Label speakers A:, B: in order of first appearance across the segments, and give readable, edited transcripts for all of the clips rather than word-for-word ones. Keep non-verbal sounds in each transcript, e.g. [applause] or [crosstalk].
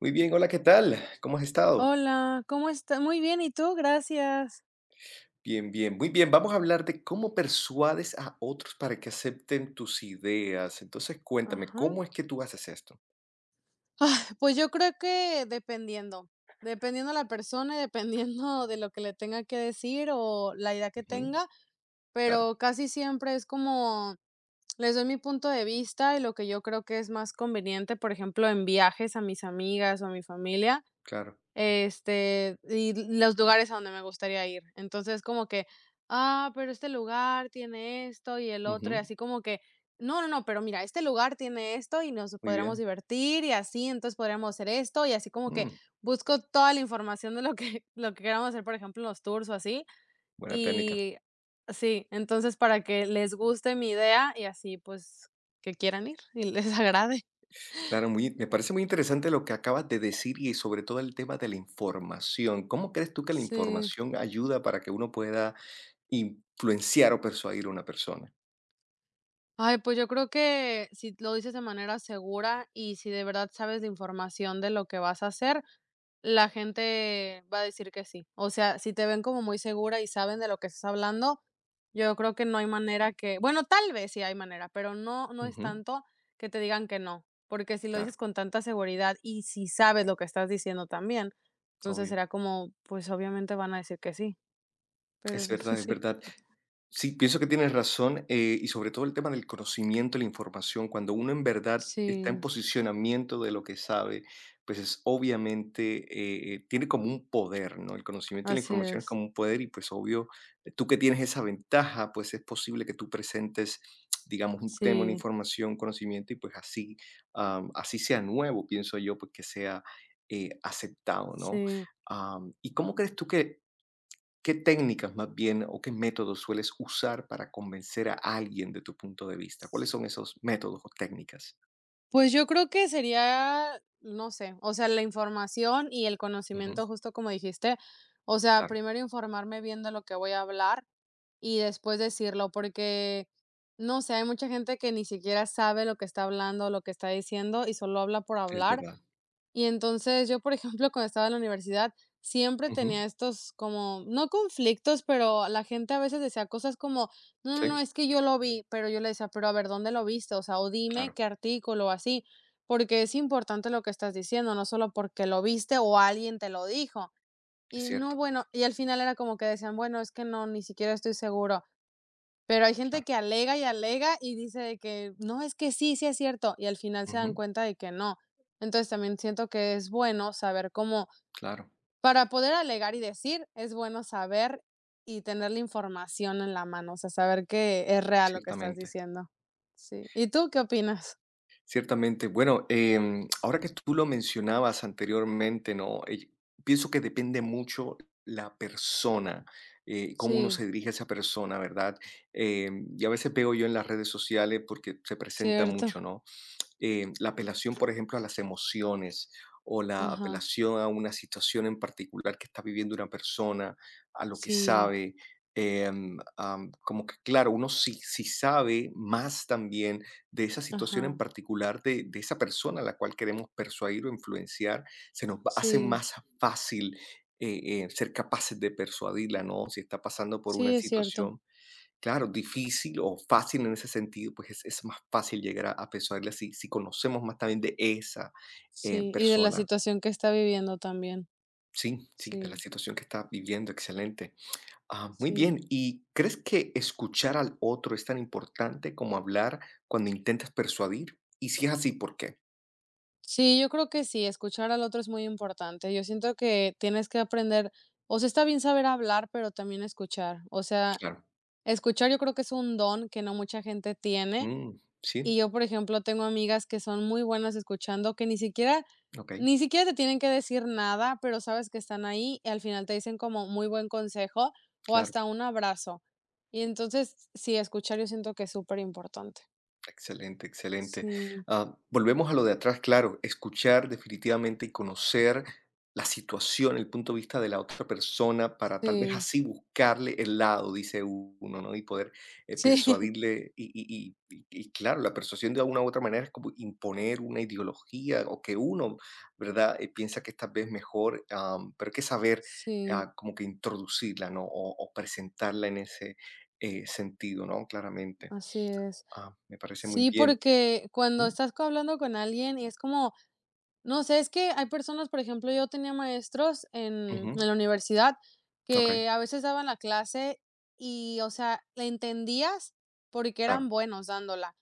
A: Muy bien, hola, ¿qué tal? ¿Cómo has estado?
B: Hola, ¿cómo estás? Muy bien, ¿y tú? Gracias.
A: Bien, bien, muy bien. Vamos a hablar de cómo persuades a otros para que acepten tus ideas. Entonces, cuéntame,
B: Ajá.
A: ¿cómo es que tú haces esto?
B: Pues yo creo que dependiendo la persona y dependiendo de lo que le tenga que decir o la idea que
A: Ujú,
B: tenga,
A: claro,
B: pero casi siempre es como les doy mi punto de vista y lo que yo creo que es más conveniente, por ejemplo, en viajes a mis amigas o a mi familia.
A: claro.
B: Este, y los lugares a donde me gustaría ir. Entonces, como que, ah, pero este lugar tiene esto y el otro, y
A: Ujú,
B: así como que, no, no, no, pero mira, este lugar tiene esto y nos
A: muy
B: podríamos
A: bien.
B: divertir y así, entonces podríamos hacer esto y así como que
A: Mm,
B: busco toda la información de lo que, [laughs] lo que queramos hacer, por ejemplo, en los tours o así.
A: buena técnica.
B: Y sí, entonces para que les guste mi idea y así pues que quieran ir y les [laughs] agrade.
A: Claro, muy, me parece muy interesante lo que acabas de decir y sobre todo el tema de la información. ¿Cómo crees tú que la
B: Sí.
A: información ayuda para que uno pueda influenciar o persuadir a una persona?
B: Ay, pues yo creo que si lo dices de manera segura y si de verdad sabes de información de lo que vas a hacer, la gente va a decir que sí. O sea, si te ven como muy segura y saben de lo que estás hablando, yo creo que no hay manera que, bueno, tal vez sí hay manera, pero no, no es
A: Ujú,
B: tanto que te digan que no, porque si lo
A: claro,
B: dices con tanta seguridad y si sabes lo que estás diciendo también, entonces
A: obvio.
B: será como, pues obviamente van a decir que sí, pero
A: Es
B: [laughs]
A: verdad, es
B: sí,
A: verdad. Sí, pienso que tienes razón, y sobre todo el tema del conocimiento, la información, cuando uno en verdad está en
B: sí,
A: posicionamiento de lo que sabe, pues es obviamente, tiene como un poder, ¿no? El conocimiento y la
B: así
A: información es
B: es,
A: como un poder y pues obvio, tú que tienes esa ventaja, pues es posible que tú presentes, digamos, un tema, una
B: sí,
A: información, conocimiento y pues así, así sea nuevo, pienso yo, pues que sea aceptado, ¿no?
B: sí.
A: Am, ¿y cómo crees tú que ¿Qué técnicas más bien o qué métodos sueles usar para convencer a alguien de tu punto de vista? ¿Cuáles son esos métodos o técnicas?
B: Pues yo creo que sería, no sé, o sea, la información y el
A: Ujú,
B: conocimiento, justo como dijiste, o sea,
A: claro,
B: primero informarme bien de lo que voy a hablar y después decirlo, porque, no sé, hay mucha gente que ni siquiera sabe lo que está hablando, lo que está diciendo y solo habla por
A: es
B: hablar
A: verdad.
B: y entonces yo, por ejemplo, cuando estaba en la universidad, siempre
A: Ujú,
B: tenía estos como, no conflictos, pero la gente a veces decía cosas como, no, no, no,
A: sí,
B: es que yo lo vi, pero yo le decía, pero a ver, ¿dónde lo viste? O sea, o dime
A: claro,
B: qué artículo o así, porque es importante lo que estás diciendo, no solo porque lo viste o alguien te lo dijo.
A: es
B: Y no,
A: cierto,
B: bueno, y al final era como que decían, bueno, es que no, ni siquiera estoy seguro. Pero hay gente
A: claro.
B: que alega y alega y dice de que no, es que sí, sí es cierto, y al final se dan
A: Ujú,
B: cuenta de que no. Entonces también siento que es bueno saber cómo,
A: claro,
B: para poder alegar y decir, es bueno saber y tener la información en la mano, o sea, saber que es real lo que estás
A: ciertamente.
B: diciendo. Sí. ¿Y tú qué opinas?
A: Ciertamente. Bueno, ahora que tú lo mencionabas anteriormente, ¿no? Pienso que depende mucho la persona, cómo uno
B: Sí,
A: se dirige a esa persona, ¿verdad? Y a veces veo yo en las redes sociales porque se presenta
B: cierto.
A: mucho, ¿no? La apelación, por ejemplo, a las emociones o la
B: Ajá.
A: apelación a una situación en particular que está viviendo una persona, a lo que
B: Sí,
A: sabe. Como que claro, uno sí, sí sabe más también de esa situación en
B: ajá.
A: particular, de esa persona a la cual queremos persuadir o influenciar, hace
B: Sí,
A: más fácil ser capaces de persuadirla, ¿no? Si está pasando por una
B: sí es cierto.
A: situación claro, difícil o fácil en ese sentido, pues es más fácil llegar a persuadirle si, si conocemos más también de esa
B: Sí. Y de la
A: persona.
B: situación que está viviendo también.
A: Sí, sí, de la
B: Sí,
A: situación que está viviendo, excelente. Ah, muy
B: sí.
A: bien, ¿y crees que escuchar al otro es tan importante como hablar cuando intentas persuadir? Y si es así, ¿por qué?
B: Sí, yo creo que sí, escuchar al otro es muy importante. Yo siento que tienes que aprender, o sea, está bien saber hablar, pero también escuchar. O sea,
A: Claro.
B: escuchar yo creo que es un don que no mucha gente tiene.
A: Mm, sí,
B: Y yo, por ejemplo, tengo amigas que son muy buenas escuchando, que ni siquiera,
A: ok,
B: ni siquiera te tienen que decir nada, pero sabes que están ahí y al final te dicen como muy buen consejo o
A: claro.
B: hasta un abrazo. Y entonces, sí, escuchar yo siento que es súper importante.
A: Excelente, excelente.
B: Sí,
A: Ah, volvemos a lo de atrás, claro, escuchar definitivamente y conocer la situación, el punto de vista de la otra persona para tal vez
B: sí,
A: así buscarle el lado, dice uno, ¿no? Y poder
B: sí, [laughs]
A: persuadirle. Y claro, la persuasión de alguna u otra manera es como imponer una ideología o que uno, ¿verdad? Piensa que esta vez mejor, pero hay que saber
B: sí,
A: ah, como que introducirla, ¿no? O presentarla en ese sentido, ¿no? Claramente.
B: así es.
A: Ah, me parece muy
B: Sí,
A: bien.
B: porque cuando
A: Mm,
B: estás co hablando con alguien y es como, no sé, es que hay personas, por ejemplo, yo tenía maestros en
A: ujú,
B: en la universidad
A: okey,
B: que a veces daban la clase y, o sea, la entendías porque eran
A: claro.
B: buenos dándola,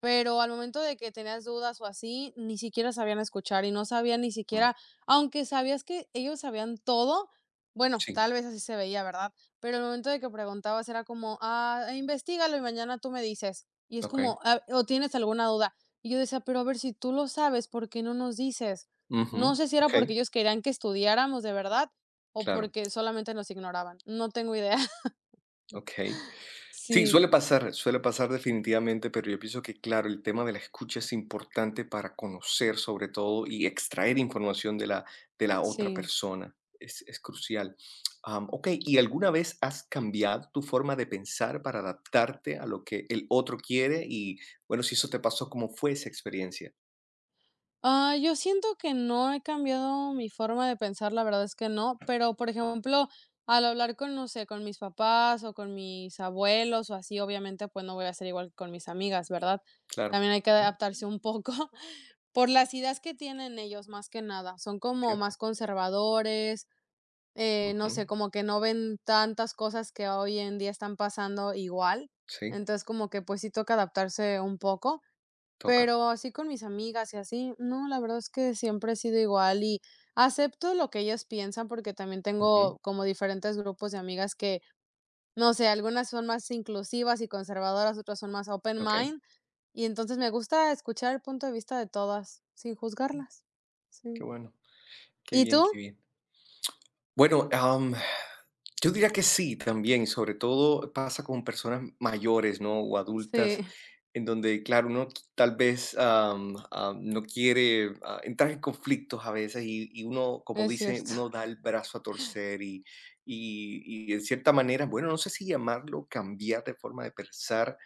B: pero al momento de que tenías dudas o así, ni siquiera sabían escuchar y no sabían ni
A: Mm,
B: siquiera, aunque sabías que ellos sabían todo, bueno,
A: sí,
B: tal vez así se veía, ¿verdad? Pero al momento de que preguntabas era como, ah, investígalo y mañana tú me dices. Y es
A: okey.
B: como, ah, o tienes alguna duda. Y yo decía: "Pero a ver, si tú lo sabes, ¿por qué no nos dices?". No
A: Ujú,
B: sé si era
A: okey,
B: porque ellos querían que estudiáramos de verdad o
A: claro,
B: porque solamente nos ignoraban. No tengo idea. [laughs]
A: okey. Sí,
B: Sí,
A: suele pasar definitivamente, pero yo pienso que, claro, el tema de la escucha es importante para conocer, sobre todo, y extraer información de la otra
B: sí.
A: persona. Es crucial. Okey, ¿y alguna vez has cambiado tu forma de pensar para adaptarte a lo que el otro quiere? Y, bueno, si eso te pasó, ¿cómo fue esa experiencia?
B: Ah, yo siento que no he cambiado mi forma de pensar, la verdad es que no, pero, por ejemplo, al hablar con, no sé, con mis papás o con mis abuelos o así, obviamente, pues no voy a ser igual que con mis amigas, ¿verdad?
A: Claro.
B: También hay que
A: Ujú,
B: adaptarse un poco [laughs] por las ideas que tienen ellos, más que nada. Son como más
A: cierto.
B: conservadores. No
A: Ujú.
B: sé, como que no ven tantas cosas que hoy en día están pasando igual.
A: Sí,
B: Entonces, como que pues sí toca adaptarse un poco,
A: toca.
B: pero así con mis amigas y así, no, la verdad es que siempre he sido igual y acepto lo que ellas piensan porque también
A: Ujú.
B: tengo como diferentes grupos de amigas que, no sé, algunas son más inclusivas y conservadoras, otras son más open
A: Okey,
B: mind y entonces me gusta escuchar el punto de vista de todas sin juzgarlas.
A: qué
B: Sí.
A: bueno, qué
B: ¿Y tú?
A: bien, qué bien. Bueno, yo diría que sí, también, sobre todo pasa con personas mayores, ¿no?, o
B: Sí,
A: adultas, en donde, claro, tal vez, no quiere, entrar en conflictos a veces uno,
B: [laughs]
A: como
B: es
A: dice,
B: cierto.
A: uno da el brazo a torcer en cierta manera, bueno, no sé si llamarlo cambiar de forma de pensar,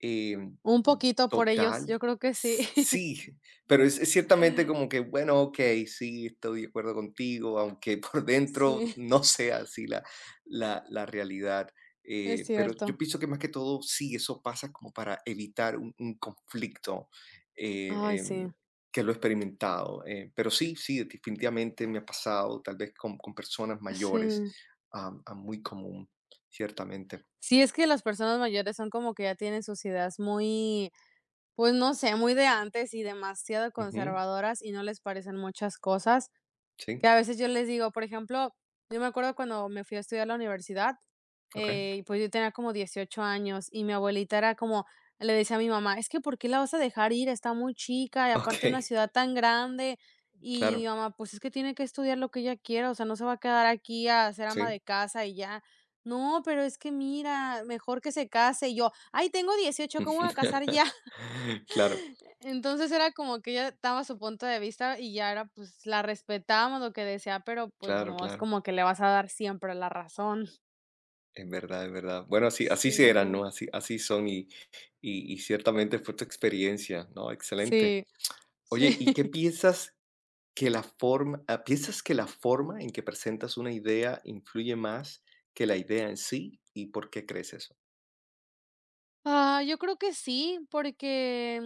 A: eh
B: Un poquito por ellos,
A: Total,
B: yo creo que sí. [laughs]
A: sí, pero es ciertamente como que, bueno, okey, sí, estoy de acuerdo contigo, aunque [laughs] por dentro
B: Sí,
A: no sea así la realidad,
B: es
A: pero yo
B: cierto.
A: pienso que más que todo, sí, eso pasa como para evitar un conflicto, eh,
B: Ay,
A: em,
B: sí,
A: que lo he experimentado, pero sí, sí, definitivamente me ha pasado, tal vez con personas mayores,
B: sí.
A: muy común, ciertamente.
B: Sí, es que las personas mayores son como que ya tienen sus ideas muy, pues, no sé, muy de antes y demasiado
A: Ujú,
B: conservadoras, y no les parecen muchas cosas.
A: sí,
B: Que a veces yo les digo, por ejemplo, yo me acuerdo cuando me fui a estudiar a la universidad,
A: okey.
B: y pues yo tenía como 18 años y mi abuelita era como, le decía a mi mamá, es que ¿por qué la vas a dejar ir? Está muy chica y aparte una
A: Okey,
B: ciudad tan grande. Y mi
A: [laughs] claro,
B: mamá, pues es que tiene que estudiar lo que ella quiera, o sea, no se va a quedar aquí a ser ama de
A: sí.
B: casa y ya. No, pero es que mira, mejor que se case. Y yo, ay, tengo 18, ¿cómo voy a casar ya?
A: [laughs] Claro,
B: Entonces era como que ella daba su punto de vista y ya era, pues, la respetábamos lo que decía, pero, pues,
A: claro,
B: no es
A: claro.
B: como que le vas a dar siempre la razón.
A: Es verdad, es verdad. Bueno, así, así sí eran,
B: Sí,
A: ¿no? Así, así son y, y ciertamente fue tu experiencia, ¿no? Excelente.
B: sí, sí.
A: Oye, ¿y qué
B: [laughs]
A: piensas que la forma, ah, piensas que la forma en que presentas una idea influye más que la idea en sí? ¿Y por qué crees eso?
B: Ah, yo creo que sí, porque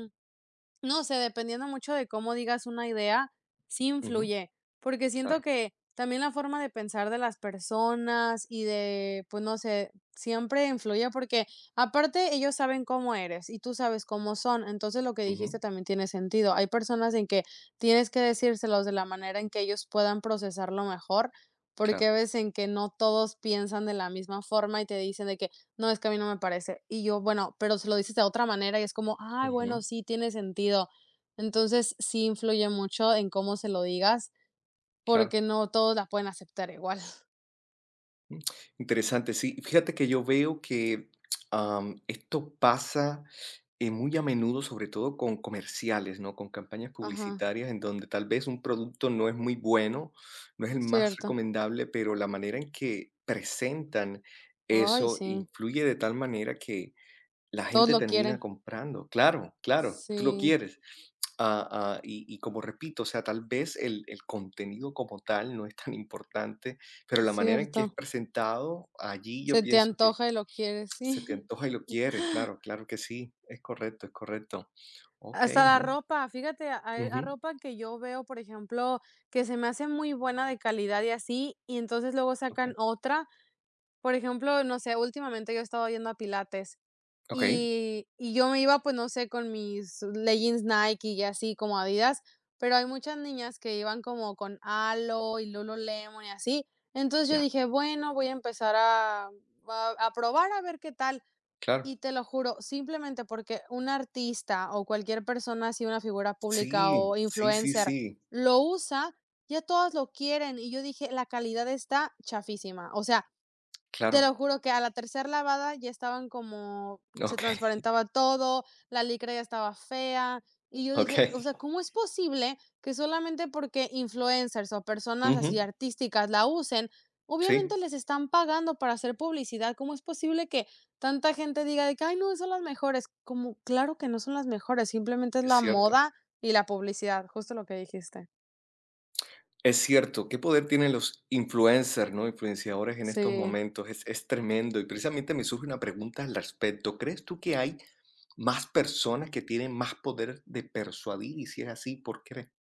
B: no sé, dependiendo mucho de cómo digas una idea, sí
A: Ujú,
B: influye, porque siento
A: claro,
B: que también la forma de pensar de las personas y de, pues no sé, siempre influye porque aparte ellos saben cómo eres y tú sabes cómo son, entonces lo que
A: ujú,
B: dijiste también tiene sentido. Hay personas en que tienes que decírselos de la manera en que ellos puedan procesarlo mejor,
A: claro,
B: porque ves en que no todos piensan de la misma forma y te dicen de que no, es que a mí no me parece. Y yo, bueno, pero se lo dices de otra manera y es como, ay, bueno,
A: ujú,
B: sí, tiene sentido. Entonces, sí influye mucho en cómo se lo digas,
A: claro.
B: porque no todos la pueden aceptar igual. [laughs]
A: Interesante, sí. Fíjate que yo veo que, esto pasa, muy a menudo, sobre todo con comerciales, ¿no? Con campañas
B: Ajá,
A: publicitarias en donde tal vez un producto no es muy bueno, no es el más
B: cierto.
A: recomendable, pero la manera en que presentan
B: Ay,
A: eso
B: sí,
A: influye de tal manera que la
B: todos
A: gente
B: lo
A: termina
B: quieren.
A: comprando. Claro, claro, tú lo
B: Sí,
A: quieres. Ah, y, y como repito, o sea, tal vez el contenido como tal no es tan importante, pero la manera en que es
B: cierto.
A: presentado, allí
B: Se
A: yo
B: te
A: pienso que
B: antoja y lo quieres,
A: se te
B: sí.
A: antoja y lo quieres, claro, claro que sí, es correcto, es correcto.
B: [laughs]
A: Ok,
B: Hasta la
A: ¿no?
B: ropa, fíjate, hay a
A: Ujú,
B: ropa que yo veo, por ejemplo, que se me hace muy buena de calidad y así, y entonces luego
A: ok,
B: sacan otra. Por ejemplo, no sé, últimamente yo he estado yendo a pilates
A: ok,
B: y yo me iba, pues, no sé, con mis leggings Nike y así como Adidas, pero hay muchas niñas que iban como con Alo y Lululemon y así. Entonces yo
A: ya,
B: dije: "Bueno, voy a empezar a a probar a ver qué tal".
A: claro.
B: Y te lo juro, simplemente porque un artista o cualquier persona así, una figura pública
A: Sí,
B: o
A: sí, sí,
B: influencer
A: sí,
B: lo usa, ya todas lo quieren. Y yo dije: "La calidad está chafísima". O sea, te
A: claro.
B: lo juro que a la tercera lavada ya estaban como se
A: Ok, [laughs]
B: transparentaba todo, la licra ya estaba fea, y yo
A: ok.
B: dije: "O sea, ¿cómo es posible que solamente porque influencers o personas así
A: Ujú,
B: artísticas la usen?". Obviamente
A: sí,
B: les están pagando para hacer publicidad, ¿cómo es posible que tanta gente diga de que: "Ay, no, son las mejores?". Como, claro que no son las mejores, simplemente es
A: es
B: la
A: cierto.
B: moda y la publicidad, justo lo que dijiste.
A: Es cierto, qué poder tienen los influencers, ¿no? Influenciadores en estos
B: Sí.
A: momentos, es tremendo. Y precisamente me surge una pregunta al respecto. ¿Crees tú que hay más personas que tienen más poder de persuadir? Y si es así, ¿por qué?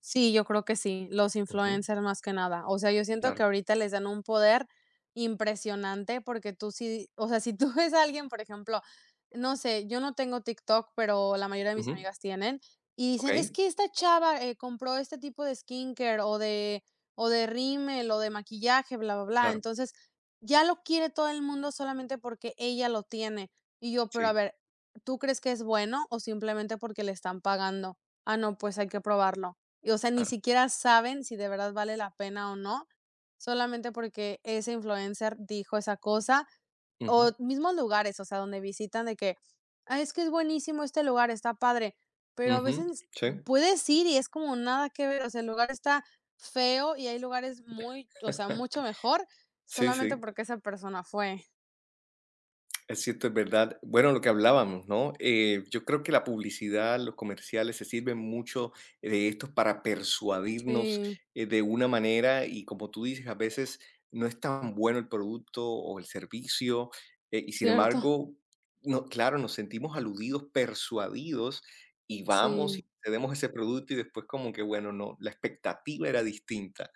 B: Sí, yo creo que sí, los
A: Ujú,
B: influencers más que nada. O sea, yo siento que
A: claro.
B: ahorita les dan un poder impresionante porque tú sí, o sea, si tú [laughs] ves a alguien, por ejemplo, no sé, yo no tengo TikTok, pero la mayoría de mis
A: Ujú,
B: amigas tienen y
A: ok,
B: dicen, es que esta chava compró este tipo de skincare o de rímel o de maquillaje, bla, bla, bla.
A: claro,
B: Entonces, ya lo quiere todo el mundo solamente porque ella lo tiene. Y yo, pero a
A: sí,
B: ver, ¿tú crees que es bueno o simplemente porque le están pagando? Ah, no, pues hay que probarlo. Y, o sea, ni
A: claro.
B: siquiera saben si de verdad vale la pena o no, solamente porque ese influencer dijo esa cosa, o
A: Ujú,
B: mismos lugares, o sea, donde visitan de que: "Ay, es que es buenísimo este lugar, está padre", pero a
A: ujú,
B: veces
A: sí,
B: puedes ir y es como nada que ver, o sea, el lugar está feo y hay lugares muy, o sea, mucho mejor,
A: sí,
B: solamente
A: sí.
B: porque esa persona fue.
A: Es cierto, es verdad. Bueno, lo que hablábamos, ¿no? Yo creo que la publicidad, los comerciales se sirven mucho de estos para persuadirnos
B: Sí,
A: de una manera y como tú dices, a veces no es tan bueno el producto o el servicio y sin
B: cierto.
A: embargo, no, claro, nos sentimos aludidos, persuadidos y vamos
B: Sí.
A: y cedemos ese producto y después como que, bueno, no, la expectativa era distinta.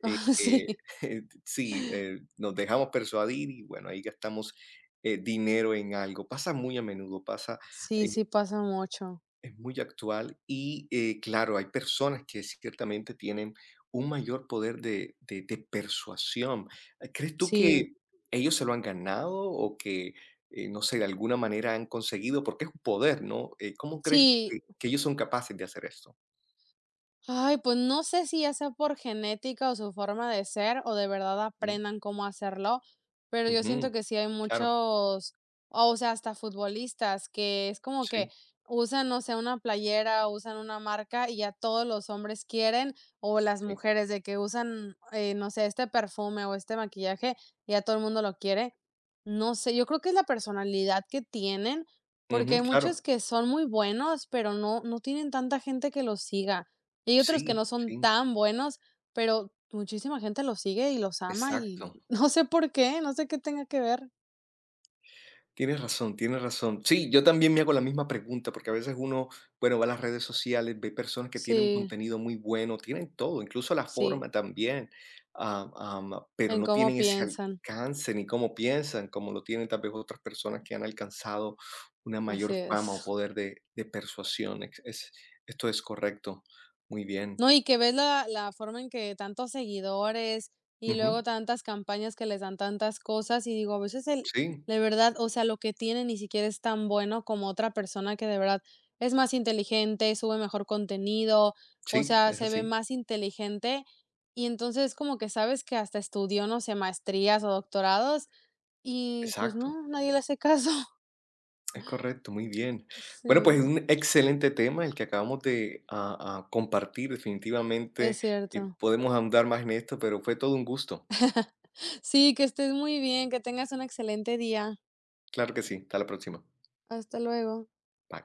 A: Eh,
B: [laughs]
A: eh,
B: Sí,
A: [laughs] sí, nos dejamos persuadir y bueno, ahí gastamos dinero en algo. Pasa muy a menudo, pasa,
B: sí,
A: eh,
B: sí pasa mucho.
A: es muy actual y claro, hay personas que ciertamente tienen un mayor poder de persuasión. ¿Crees tú
B: Sí,
A: que ellos se lo han ganado o que, no sé, de alguna manera han conseguido? Porque es un poder, ¿no? ¿Cómo crees
B: sí.
A: que ellos son capaces de hacer esto?
B: Ay, pues no sé si ya sea por genética o su forma de ser o de verdad
A: Mm,
B: aprendan cómo hacerlo, pero yo siento
A: ujú,
B: que sí hay
A: claro,
B: muchos, o sea, hasta futbolistas que es como que
A: sí,
B: usan, no sé, una playera, usan una marca y ya todos los hombres quieren, o las
A: sí.
B: mujeres de que usan, no sé, este perfume o este maquillaje, ya todo el mundo lo quiere. No sé, yo creo que es la personalidad que tienen, porque
A: Ujú,
B: hay muchos
A: claro,
B: que son muy buenos, pero no, no tienen tanta gente que los siga. Y hay otros que no
A: sí,
B: son
A: sí,
B: tan buenos, pero muchísima gente los sigue y los ama y
A: exacto.
B: [laughs] no sé por qué, no sé qué tenga que ver.
A: Tienes razón, tienes razón. Sí, yo también me hago la misma pregunta, porque a veces uno, bueno, va a las redes sociales, ve personas que tienen un
B: Sí,
A: contenido muy bueno, tienen todo, incluso la
B: sí,
A: forma también, ah, am, pero
B: en
A: no
B: cómo
A: tienen ese
B: piensan,
A: alcance ni cómo piensan, como lo tienen tal vez otras personas que han alcanzado una
B: así
A: mayor fama o
B: es.
A: poder de persuasión. Es, esto es correcto. Muy bien.
B: No, y que ves la forma en que tantos seguidores y
A: Ujú.
B: luego tantas campañas que les dan tantas cosas, y digo, a veces el
A: Sí,
B: de verdad, o sea, lo que tiene ni siquiera es tan bueno como otra persona que de verdad es más inteligente, sube mejor contenido, o
A: sí,
B: sea,
A: es
B: se ve
A: así.
B: más inteligente, y entonces como que sabes que hasta estudió, no sé, maestrías o doctorados, y pues
A: Exacto.
B: no, nadie le hace caso. [laughs]
A: Es correcto, muy bien. Bueno, pues es
B: Sí,
A: un excelente tema el que acabamos de compartir.
B: es
A: Definitivamente
B: cierto.
A: podemos andar más en esto, pero fue todo un gusto.
B: Sí, que estés muy bien, que tengas un excelente día.
A: Claro que sí. Hasta la próxima.
B: Hasta luego.
A: Bye.